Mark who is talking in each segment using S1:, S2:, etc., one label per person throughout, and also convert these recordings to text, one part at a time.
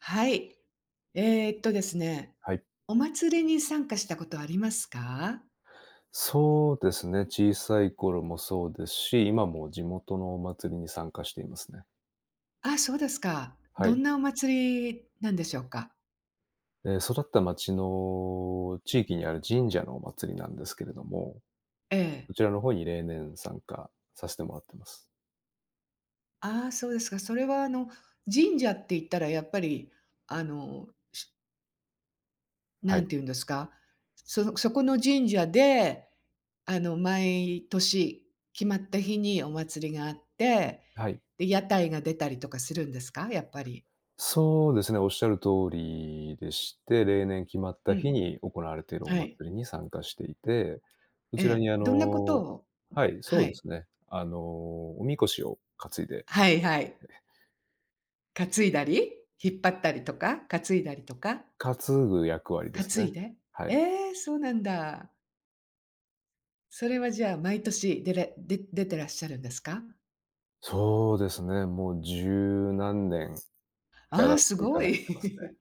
S1: はい。ですね、
S2: はい。
S1: お祭りに参加したことありますか？
S2: そうですね、小さい頃もそうですし、今も地元のお祭りに参加していますね。
S1: あ、そうですか。
S2: は
S1: ど
S2: い。
S1: んなお祭りなんでしょうか？
S2: 育った町の地域にある神社のお祭りなんですけれども、
S1: ええ。
S2: そちらの方に例年参加させてもらってます。
S1: ああ、そうですか。それは神社って言ったらやっぱり、あの、し
S2: は
S1: なん
S2: い。
S1: て言うんですか、そこの神社で、毎年決まった日にお祭りがあって、
S2: はい。
S1: で、屋台が出たりとかするんですか？やっぱり。
S2: そうですね、おっしゃる通りでして、例年決まっ
S1: う
S2: た日
S1: ん。
S2: に行われているお
S1: はい。
S2: 祭りに参加していて、そ
S1: え
S2: ちらに
S1: え。どんなことを。
S2: はい、そ
S1: は
S2: うで
S1: い。
S2: すね。おみこしを担いでま
S1: はい
S2: す。
S1: はい。担いだり、引っ張ったりとか、担いだりとか、
S2: 担ぐ役割です
S1: 担い
S2: ね。
S1: で。
S2: はい。
S1: ええ、そうなんだ。それはじゃあ毎年出れで出てらっしゃるんですか？
S2: そうですね、もう十何年や
S1: ああ、
S2: らせ
S1: す
S2: ていた
S1: ご
S2: だいてますね。
S1: い。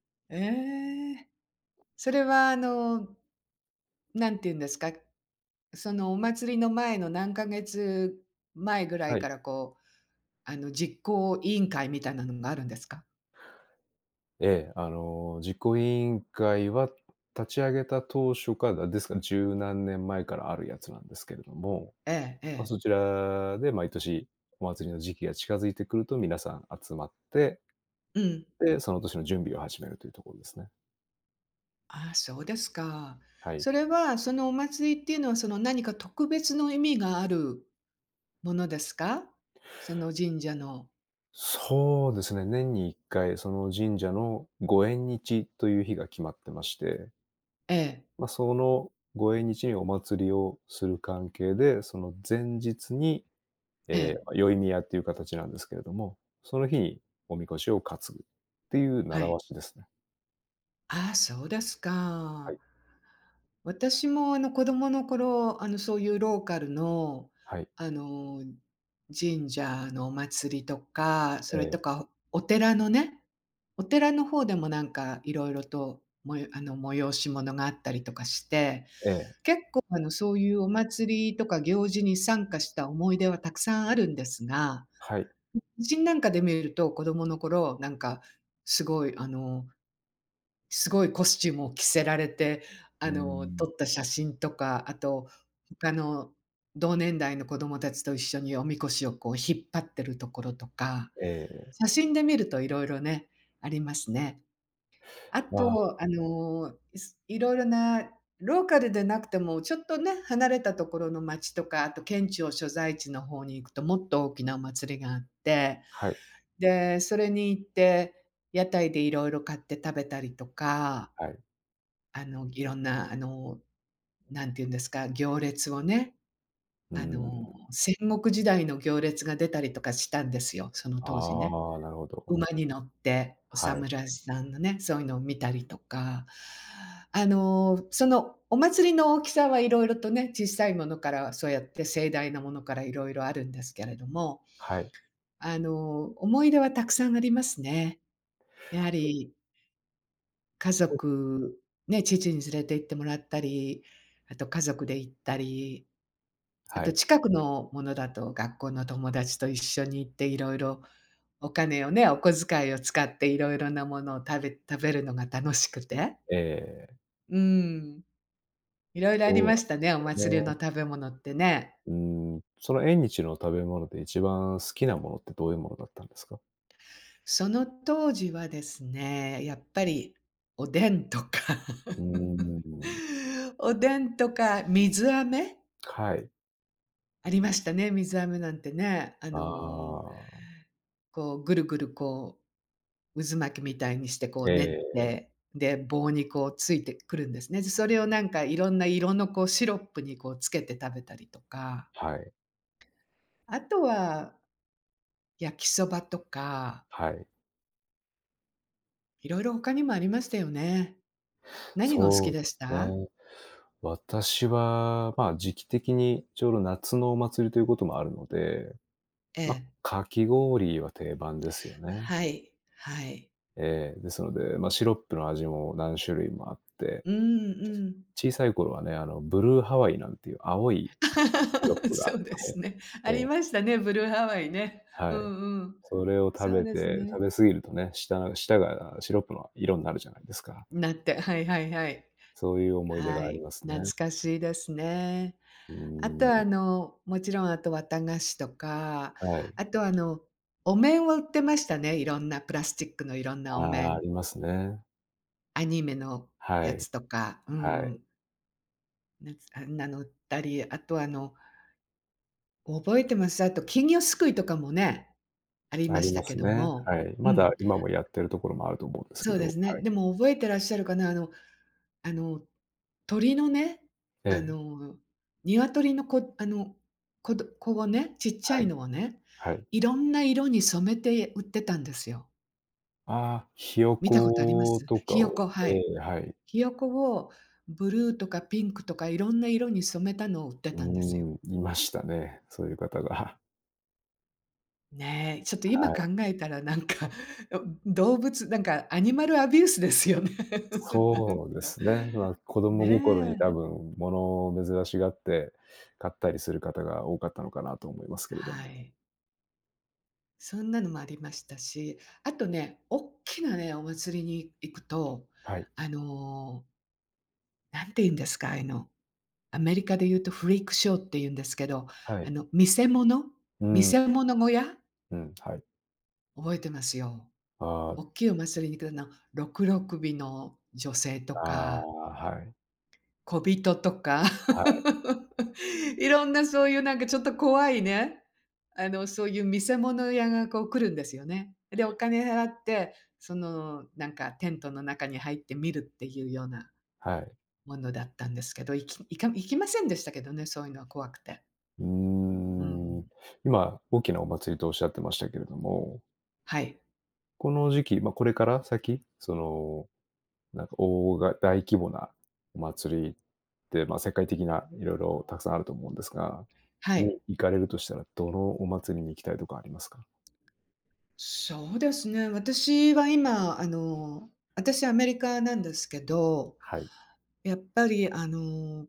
S1: ええ。それはなんて言うんですか、そのお祭りの前の何ヶ月前ぐら
S2: は
S1: い
S2: い。
S1: からこう、実行委員会みたいなのがあるんですか？
S2: ええ、あの、実行委員会は立ち上げた当初から、ですから十何年前からあるやつなんですけれども、
S1: えええ
S2: まあ、そ
S1: え。
S2: ちらで毎年お祭りの時期が近づいてくると皆さん集まって、
S1: うん。
S2: で、その年の準備を始めるというところですね。
S1: ああ、そうですか。
S2: はい。
S1: それは、そのお祭りっていうのは、その何か特別の意味があるものですか？その神社の。
S2: そうですね、年に1回その神社のご縁日という日が決まってまして、
S1: ええ、
S2: まあ、そのご縁日にお祭りをする関係で、その前日に、
S1: え
S2: ええ、
S1: え、
S2: ま、宵宮っていう形なんですけれども、その日におみこしを担ぐっていう
S1: は
S2: 習わ
S1: い。
S2: しですね。
S1: ああ、そうです
S2: は
S1: か。
S2: い。
S1: 私も子供の頃、そういうローカルの、
S2: はい。
S1: あの、神社のお祭りとか、そ
S2: え
S1: れと
S2: え、
S1: かお寺のね、お寺の方でもなんかいろいろと、もよあの催し物があったりとかして、
S2: ええ、
S1: 結構、そういうお祭りとか行事に参加した思い出はたくさんあるんですが、
S2: はい。
S1: 写真なんかで見ると、子供の頃、なんか、すごい、すごいコスチュームを着せられて、
S2: うーん、
S1: 撮った写真とか、あと、他の同年代の子供たちと一緒におみこしをこう引っ張ってるところとか、
S2: ええ、
S1: 写真で見ると色々ね、ありますね。あ
S2: あ
S1: と、
S2: あ、
S1: いろいろなローカルでなくても、ちょっとね、離れたところの町とか、あと県庁所在地の方に行くと、もっと大きなお祭りがあって、
S2: はい、
S1: で、それに行って、屋台でいろいろ買って食べたりとか、
S2: はい。
S1: いろんな、なんていうんですか、行列をね、
S2: うん。
S1: 戦国時代の行列が出たりとかしたんですよ、その当時ね。
S2: ああ、なるほど。
S1: 馬に乗って、お
S2: はい、
S1: 侍さんのね、そういうのを見たりとか、そのお祭りの大きさはいろいろとね、小さいものから、そうやって盛大なものからいろいろあるんですけれども、
S2: はい。
S1: 思い出はたくさんありますね。やは
S2: と
S1: り家
S2: と
S1: 族、ね、父に連れて行ってもらったり、あと家族で行ったり、あ
S2: は
S1: と
S2: い。
S1: 近くのものだと、学校の友達と一緒に行っていろいろお金をね、お小遣いを使っていろいろなものを食べるのが楽しくて、
S2: ええ、
S1: うん。いろいろあり
S2: そうなん
S1: ま
S2: で
S1: したね、
S2: す
S1: お祭り
S2: よ
S1: の食
S2: ね。
S1: べ物ってね。
S2: うーん、その縁日の食べ物で一番好きなものってどういうものだったんですか？
S1: その当時はですね、やっぱりおでんとか
S2: うー ん、
S1: おでんとか水飴
S2: はい。
S1: ありましたね、水飴なんてね。
S2: ああ、
S1: こうぐるぐる渦巻きみたいにしてこ
S2: え
S1: う練っ
S2: え、
S1: て、で、棒にこうついてくるんですね。で、それをなんかいろんな色のこうシロップにこうつけて食べたりとか、
S2: はい、
S1: あとは焼きそばとか、
S2: はい。
S1: いろいろ他にもありましたよね。何がお好
S2: そ
S1: き
S2: う
S1: で
S2: で
S1: し
S2: す
S1: た？
S2: ね。私は、まあ、時期的にちょうど夏のお祭りということもあるので、
S1: え
S2: ま、
S1: え。
S2: かき氷は定番ですよね。
S1: はい、はい。
S2: ええ、ですので、ま、シロップの味も何種類もあって、
S1: うんうん。
S2: 小さい頃はね、あの、ブルーハワイなんていう青いシロッ プがあっ
S1: そうです
S2: て、
S1: ね。あ
S2: え
S1: り
S2: え、
S1: ましたね、ブルーハワイね。う
S2: は
S1: ん
S2: い。
S1: うん。
S2: それを食
S1: そう
S2: べ
S1: です
S2: て
S1: ね。
S2: 食べ過ぎるとね、舌がシロップの色んなるじゃないですか。
S1: なって、はいはいはい。
S2: そういう思い出
S1: は
S2: があり
S1: い、
S2: ますね。
S1: 懐かしいですね。
S2: う
S1: あと
S2: ー
S1: は、
S2: ん、
S1: もちろん、あと綿菓子とか、
S2: はい。
S1: あと、お面を売ってましたね、いろんなプラスチックのいろんなお
S2: ああ、あ
S1: 面。
S2: りますね。
S1: アニメの
S2: は
S1: や
S2: い、
S1: つとか、う
S2: はい。
S1: ん、あんなの売ったり、あと、覚えてます、あと金魚すくいとかもね、あり
S2: あ
S1: ま
S2: り
S1: し
S2: ま
S1: たけ
S2: す
S1: ど
S2: ね。
S1: も。
S2: はい。
S1: う
S2: ま
S1: ん、
S2: だ今もやってるところもあると思うんですけ
S1: そうで
S2: ど、
S1: すね。
S2: はい。
S1: でも覚えてらっしゃるかな、あの、鳥のね、
S2: え
S1: あ
S2: え、
S1: の、鶏のこ子をね、ちっちゃ
S2: は
S1: い
S2: い、
S1: のをね、
S2: はい。
S1: いろんな色に染めて売ってたんですよ。
S2: ああ、ひよ
S1: 見たことありま
S2: こ
S1: す？
S2: とか
S1: ひよ
S2: を、
S1: こ、は
S2: え
S1: い。
S2: え、はい。
S1: ひよこをブルーとかピンクとかいろんな色に染めたのを売って
S2: うー
S1: たんですよ。
S2: ん、いましたね、そういう方が。
S1: ねえ、ちょっと今
S2: は
S1: 考
S2: い。
S1: えたらなんか、動物なんかアニマルアビュースですよね。なんか。
S2: そうですね。まあ、子供心に
S1: ね
S2: 多
S1: え、
S2: 分物を珍しがって買ったりする方が多かったのかなと思いますけれど
S1: は
S2: も。
S1: い。そんなのもありましたし、あとね、おっきなね、お祭りに行くと、
S2: はい、
S1: あの、なんて言うんですか、ああいうの、アメリカで言うとフリークショーって言うんですけど、
S2: は
S1: あ
S2: い。
S1: の、見せ物
S2: う
S1: 見
S2: ん、
S1: せ物小屋
S2: うん、はい。
S1: 覚えてますよ。
S2: ああ、
S1: おっきいお祭りに行くとろくろ首の女性と
S2: ああ、
S1: か、
S2: はい、
S1: 小人とか、
S2: はい、
S1: いろんなそういうなんかちょっと怖いね、そういう見せ物屋がこう来るんですよね。で、お金払って、その、なんかテントの中に入って見るっていうような
S2: はい。
S1: ものだったんですけど、行きませんでしたけどね、そういうのは怖くて。
S2: うー
S1: う
S2: ん。
S1: ん。
S2: 今、大きなお祭りとおっしゃってましたけれども、
S1: はい。
S2: この時期、ま、これから先、その、なんかおおが大規模なお祭りって、ま、世界的な色々たくさんあると思うんですが、
S1: はい。
S2: に行かれるとしたら、どのお祭りに行きたいとかありますか？
S1: そうですね、私は今、私アメリカなんですけど、
S2: はい。
S1: やっぱり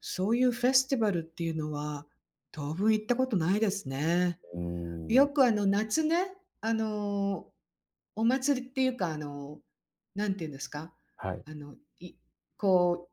S1: そういうフェスティバルっていうのは、当分行ったことないですね。
S2: うー
S1: よ
S2: ん。
S1: く夏ね、あの、お祭りっていうか、なんて言うんですか、
S2: はい。
S1: あの、いこ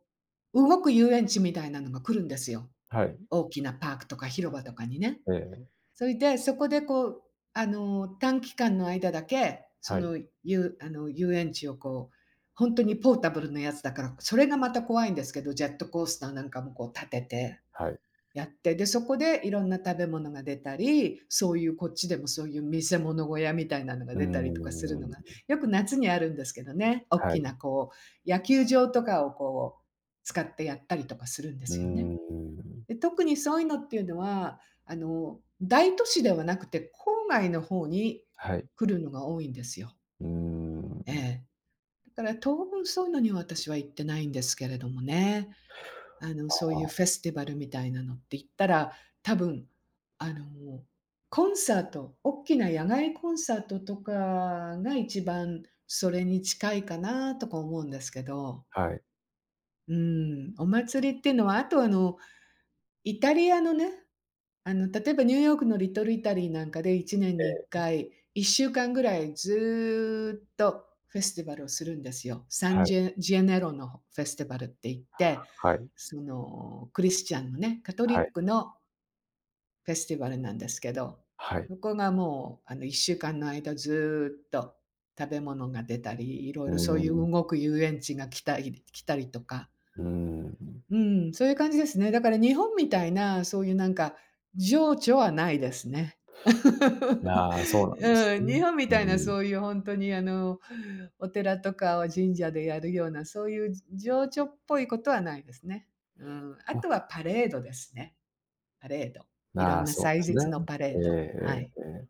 S1: う、動く遊園地みたいなのが来るんですよ。
S2: はい。
S1: 大きなパークとか広場とかにね。
S2: ええ。
S1: それで、そこでこう、短期間の間だけ、そ
S2: はい。
S1: の、遊あの、遊園地をこう、本当にポータブルのやつだから、それがまた怖いんですけど、ジェットコースターなんかもこう立てて
S2: はい。
S1: やって、で、そこでいろんな食べ物が出たり、そういうこっちでもそういう見せ物小屋みたいなのが
S2: うー
S1: 出たりとかするのが、
S2: ん。
S1: よく夏にあるんですけどね、大
S2: は
S1: き
S2: い。
S1: なこう、野球場とかをこう、使ってやったりとかするんで
S2: うー
S1: すよね。
S2: ん。
S1: で、特にそういうのっていうのは、大都市ではなくて、郊外の方に
S2: はい。
S1: 来るのが多いんですよ。
S2: うー
S1: え
S2: ん。
S1: え。だから当分そういうのには私は行ってないんですけれどもね。
S2: あ
S1: そういう
S2: あ。
S1: フェスティバルみたいなのって言ったら、多分、あの、コンサート、大きな野外コンサートとかが一番それに近いかなとか思うんですけど。
S2: はい。
S1: うん、お祭りっていうのは、あとイタリアのね、例えばニューヨークのリトルイタリーなんかで1年
S2: え
S1: に1
S2: え、
S1: 回、1週間ぐらいずーっとフェスティバルをするんですよ。サン
S2: はい、
S1: ジェネロのフェスティバルって言って、
S2: はい、
S1: その、クリスチャンのね、カト
S2: は
S1: リ
S2: い、
S1: ックのフェスティバルなんですけど、
S2: はい。
S1: そこがもう、1週間の間ずーっと食べ物が出たり、いろい
S2: う
S1: ろそう
S2: ー
S1: いう
S2: ん、
S1: 動く遊園地が来たり来たりとか、
S2: うーん。
S1: うん、そういう感じですね。だから日本みたいな、そういうなんか情緒はないですね。
S2: ああ、そうなんです
S1: うん、
S2: ね。
S1: 日本み
S2: うー
S1: たいな
S2: ん。
S1: そういう本当にお寺とかを神社でやるような、そういう情緒っぽいことはないですね。うん、あ
S2: あ、
S1: とはパレードですね。パレード。いろ
S2: あ
S1: ん
S2: あ、
S1: な
S2: そう
S1: 祭
S2: ですね。
S1: 日のパ
S2: え
S1: レ
S2: え
S1: ード。は
S2: え
S1: い。
S2: えええ。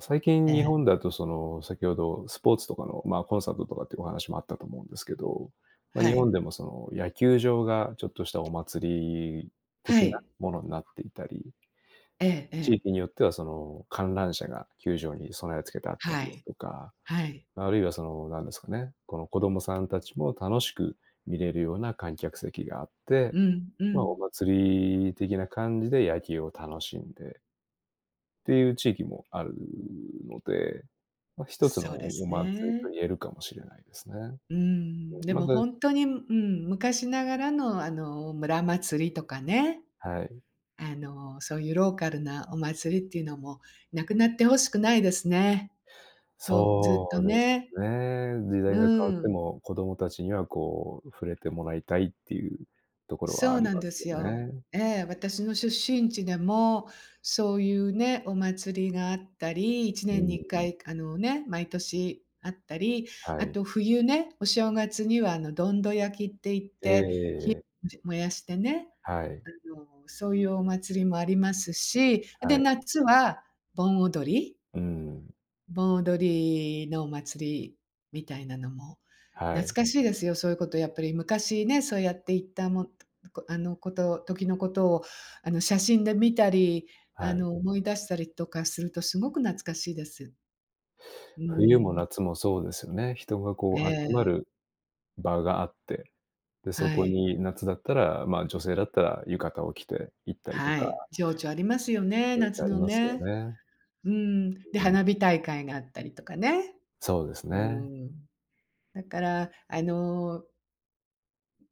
S2: 最近
S1: え
S2: 日
S1: え。
S2: 本だとその、先ほどスポーツとかの、まあ、コンサートとかっていうお話もあったと思うんですけど、ま、
S1: は
S2: 日
S1: い。
S2: 本でもその野球場がちょっとしたお祭り
S1: は
S2: 的な
S1: い。
S2: ものになっていたり、
S1: えええ
S2: 地
S1: え。
S2: 域によってはその観覧車が球場に備え付けてあった
S1: は
S2: りです
S1: い。
S2: とか、
S1: はい。
S2: あるいはその、なんですかね、この子供さんたちも楽しく見れるような観客席があって、
S1: うん、う
S2: まあ、お
S1: ん。
S2: 祭り的な感じで野球を楽しんでっていう地域もあるので、まあ、一つの
S1: そう
S2: お
S1: で
S2: お
S1: す
S2: 祭りと
S1: ね。
S2: 言えるかもしれないですね。
S1: うん、で
S2: ま
S1: も
S2: た、
S1: 本当に、昔ながらの村祭りとかね、
S2: はい。
S1: そういうローカルなお祭りっていうのもなくなって欲しくないですね。と、ずっと
S2: そうです
S1: ね。
S2: ね。時代
S1: う
S2: が変わって
S1: ん。
S2: も子供たちにはこう触れてもらいたいっていうところは
S1: そ
S2: あ
S1: う
S2: り
S1: なん
S2: ま
S1: で
S2: す
S1: す
S2: よ
S1: よ。
S2: ね。
S1: ええ、私の出身地でも、そういうね、お祭りがあったり、1
S2: う
S1: 年に1
S2: ん、
S1: 回あのね、毎年あったり、
S2: は
S1: あ
S2: い。
S1: と冬ね、お正月にはどんど焼きって言っ
S2: え
S1: て、
S2: え。
S1: 燃やしてね、
S2: はい、
S1: そういうお祭りもありますし、
S2: は
S1: で、
S2: い。
S1: 夏は盆踊り
S2: うん、
S1: 盆踊りのお祭りみたいなのも、
S2: は
S1: 懐
S2: い、
S1: かしいですよ。そういうことやっぱり昔ね、そうやって行ったもこあの、こと、時のことを写真で見たり、
S2: はい。
S1: 思い出したりとかするとすごく懐かしいです。う
S2: 冬も
S1: ん。
S2: 夏もそうですよね。人が
S1: え
S2: こう集ま
S1: え、
S2: る場があって、で、そ
S1: は
S2: こ
S1: い。
S2: に夏だったら、まあ、女性だったら浴衣を着て行ったりと
S1: は
S2: か、
S1: い。情緒ありますよね、
S2: そうやって
S1: 夏
S2: あり
S1: の
S2: ますよ
S1: ね。
S2: ね。
S1: うん。で、
S2: うん。
S1: 花火大会があったりとかね。
S2: そうです
S1: う
S2: ね。
S1: ん。だから、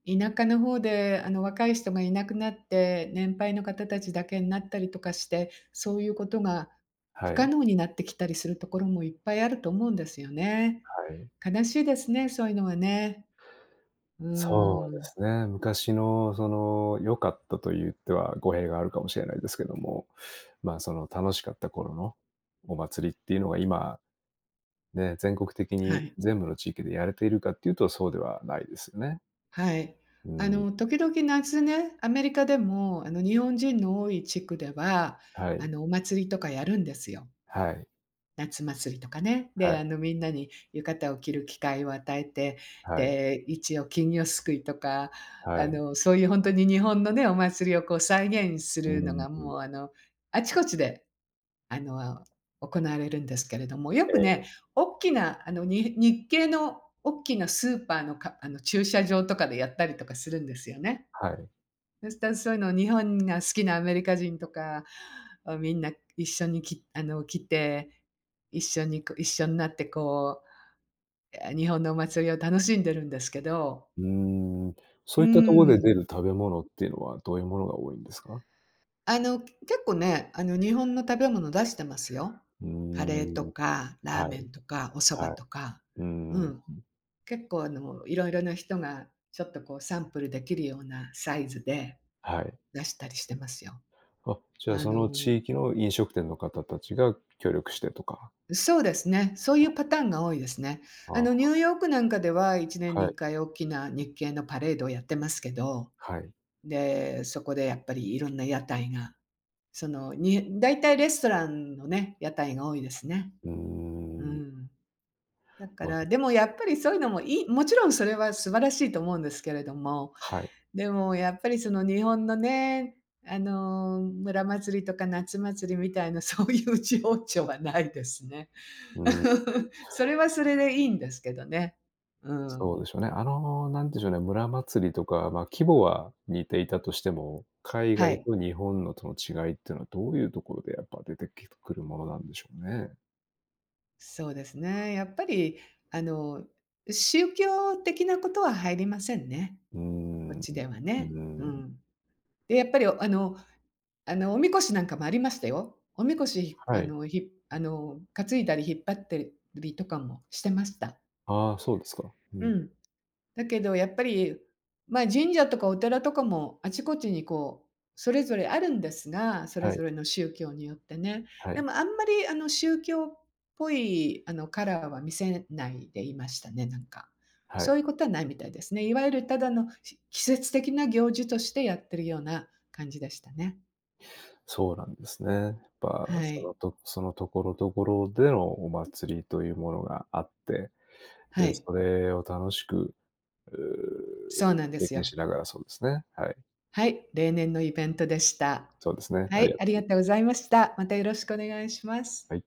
S1: 田舎の方で、若い人がいなくなって、年配の方たちだけになったりとかして、そういうことが
S2: は
S1: 不
S2: い、
S1: 可
S2: は
S1: 能になってきたりするところもいっぱいあると思うんですよね。
S2: い。
S1: 悲しいですね、そういうのはね。う
S2: そ
S1: ー
S2: うで
S1: ん。
S2: すね。昔のその良かったと言っては語弊があるかもしれないですけども、まあ、その楽しかった頃のお祭りっていうのが今、ね、全国的
S1: は
S2: に
S1: い。
S2: 全部の地域でやれているかっていうとそうではないですよね。
S1: はい。
S2: うん、
S1: 時々夏ね、アメリカでも、日本人の多い地区では、
S2: はい、
S1: お祭りとかやるんですよ。
S2: はい、
S1: 夏祭りとかね。
S2: は
S1: で、
S2: い、
S1: みんなに浴衣を着る機会を与えて、
S2: はい、
S1: で、一応金魚すくいとか、
S2: はい。
S1: そういうほんとに日本のね、お祭りをこう再現す
S2: う
S1: るの
S2: ん、
S1: が、もう、あの、あちこちで、あの、行われるんですけれども、よ
S2: え
S1: く
S2: え、
S1: ね、おっきな、日系のおっきなスーパーのかあの、駐車場とかでやったりとかするんですよね。
S2: はい。
S1: そそういうのを日本が好きなアメリカ人とかみんな一緒にきあの来て一緒になってこう、日本のお祭りを楽しんでるんですけど、
S2: うーん、
S1: う
S2: そういったとこで出
S1: ん。
S2: る食べ物っていうのはどういうものが多いんですか？
S1: 結構ね、日本の食べ物出してますよ。
S2: うー
S1: カレーと
S2: ん、
S1: かラー
S2: は
S1: メ
S2: い、
S1: ンとかお蕎
S2: は
S1: 麦
S2: い、
S1: とか。
S2: うー
S1: う
S2: ん、
S1: ん。結構いろいろな人がちょっとこうサンプルできるようなサイズで
S2: はい。
S1: 出したりしてますよ。
S2: あ、じゃあ
S1: あ
S2: その
S1: の
S2: 地域の飲食店の方たちが協力してとか。
S1: そうですね。そういうパターンが多いですね。ニ
S2: あ
S1: ューヨークなんかでは1年
S2: あ、
S1: に
S2: は
S1: 1
S2: い、
S1: 回大きな日系のパレードをやってますけど、
S2: はい。
S1: で、そこでやっぱりいろんな屋台が、大体レストランのね、屋台が多いですね。
S2: うー
S1: う
S2: ん、
S1: ん。だか
S2: ま、
S1: ら、でもやっぱりそういうのもいい、もちろんそれは素晴らしいと思うんですけれども、
S2: はい。
S1: でもやっぱりその日本のね、村祭りとか夏祭りみたいなそういう情緒はないですね。
S2: うーん。
S1: それはそれでいいんですけどね。うん。
S2: そうでしょうね。あの、なんでしょうね、村祭りとか、まあ、規模は似ていたとしても、海
S1: は
S2: 外
S1: い。
S2: と日本のとの違いっていうのはどういうところでやっぱ出てくるものなんでしょうね。
S1: そうですね。やっぱり、あの、宗教的なことは入りませんね、
S2: うー
S1: こっ
S2: ん、う
S1: ちでは
S2: ー
S1: ね。う
S2: ん、
S1: ん。で、やっぱり、おみこしなんかもありましたよ。おみこし、
S2: は
S1: あ
S2: い。
S1: の、ひあの、担いだり引っ張ってりとかもしてました。
S2: ああ、そうですか。う
S1: う
S2: ん。
S1: ん。だけどやっぱり、まあ、神社とかお寺とかもあちこちにこう、それぞれあるんですが、それ
S2: はい、
S1: ぞれの宗教によってね。
S2: は
S1: で
S2: い、
S1: もあんまり宗教っぽいカラーは見せないでいましたね、なんか。
S2: は
S1: そう
S2: い。
S1: いうことはないみたいですね。いわゆるただの季節的な行事としてやってるような感じでしたね。
S2: そうなんですね。やっぱ
S1: はい。
S2: そのところどころでのお祭りというものがあって、
S1: は
S2: で、
S1: い。
S2: それを楽しく、
S1: そう
S2: う、
S1: なんで
S2: 経
S1: す
S2: 験
S1: よ。
S2: しながらそうですね。はい。
S1: はい、例年のイベントでした。
S2: そうですね。
S1: は
S2: ありが
S1: い、あ
S2: と
S1: りが
S2: う
S1: とうございました。またよろしくお願いします。
S2: はい。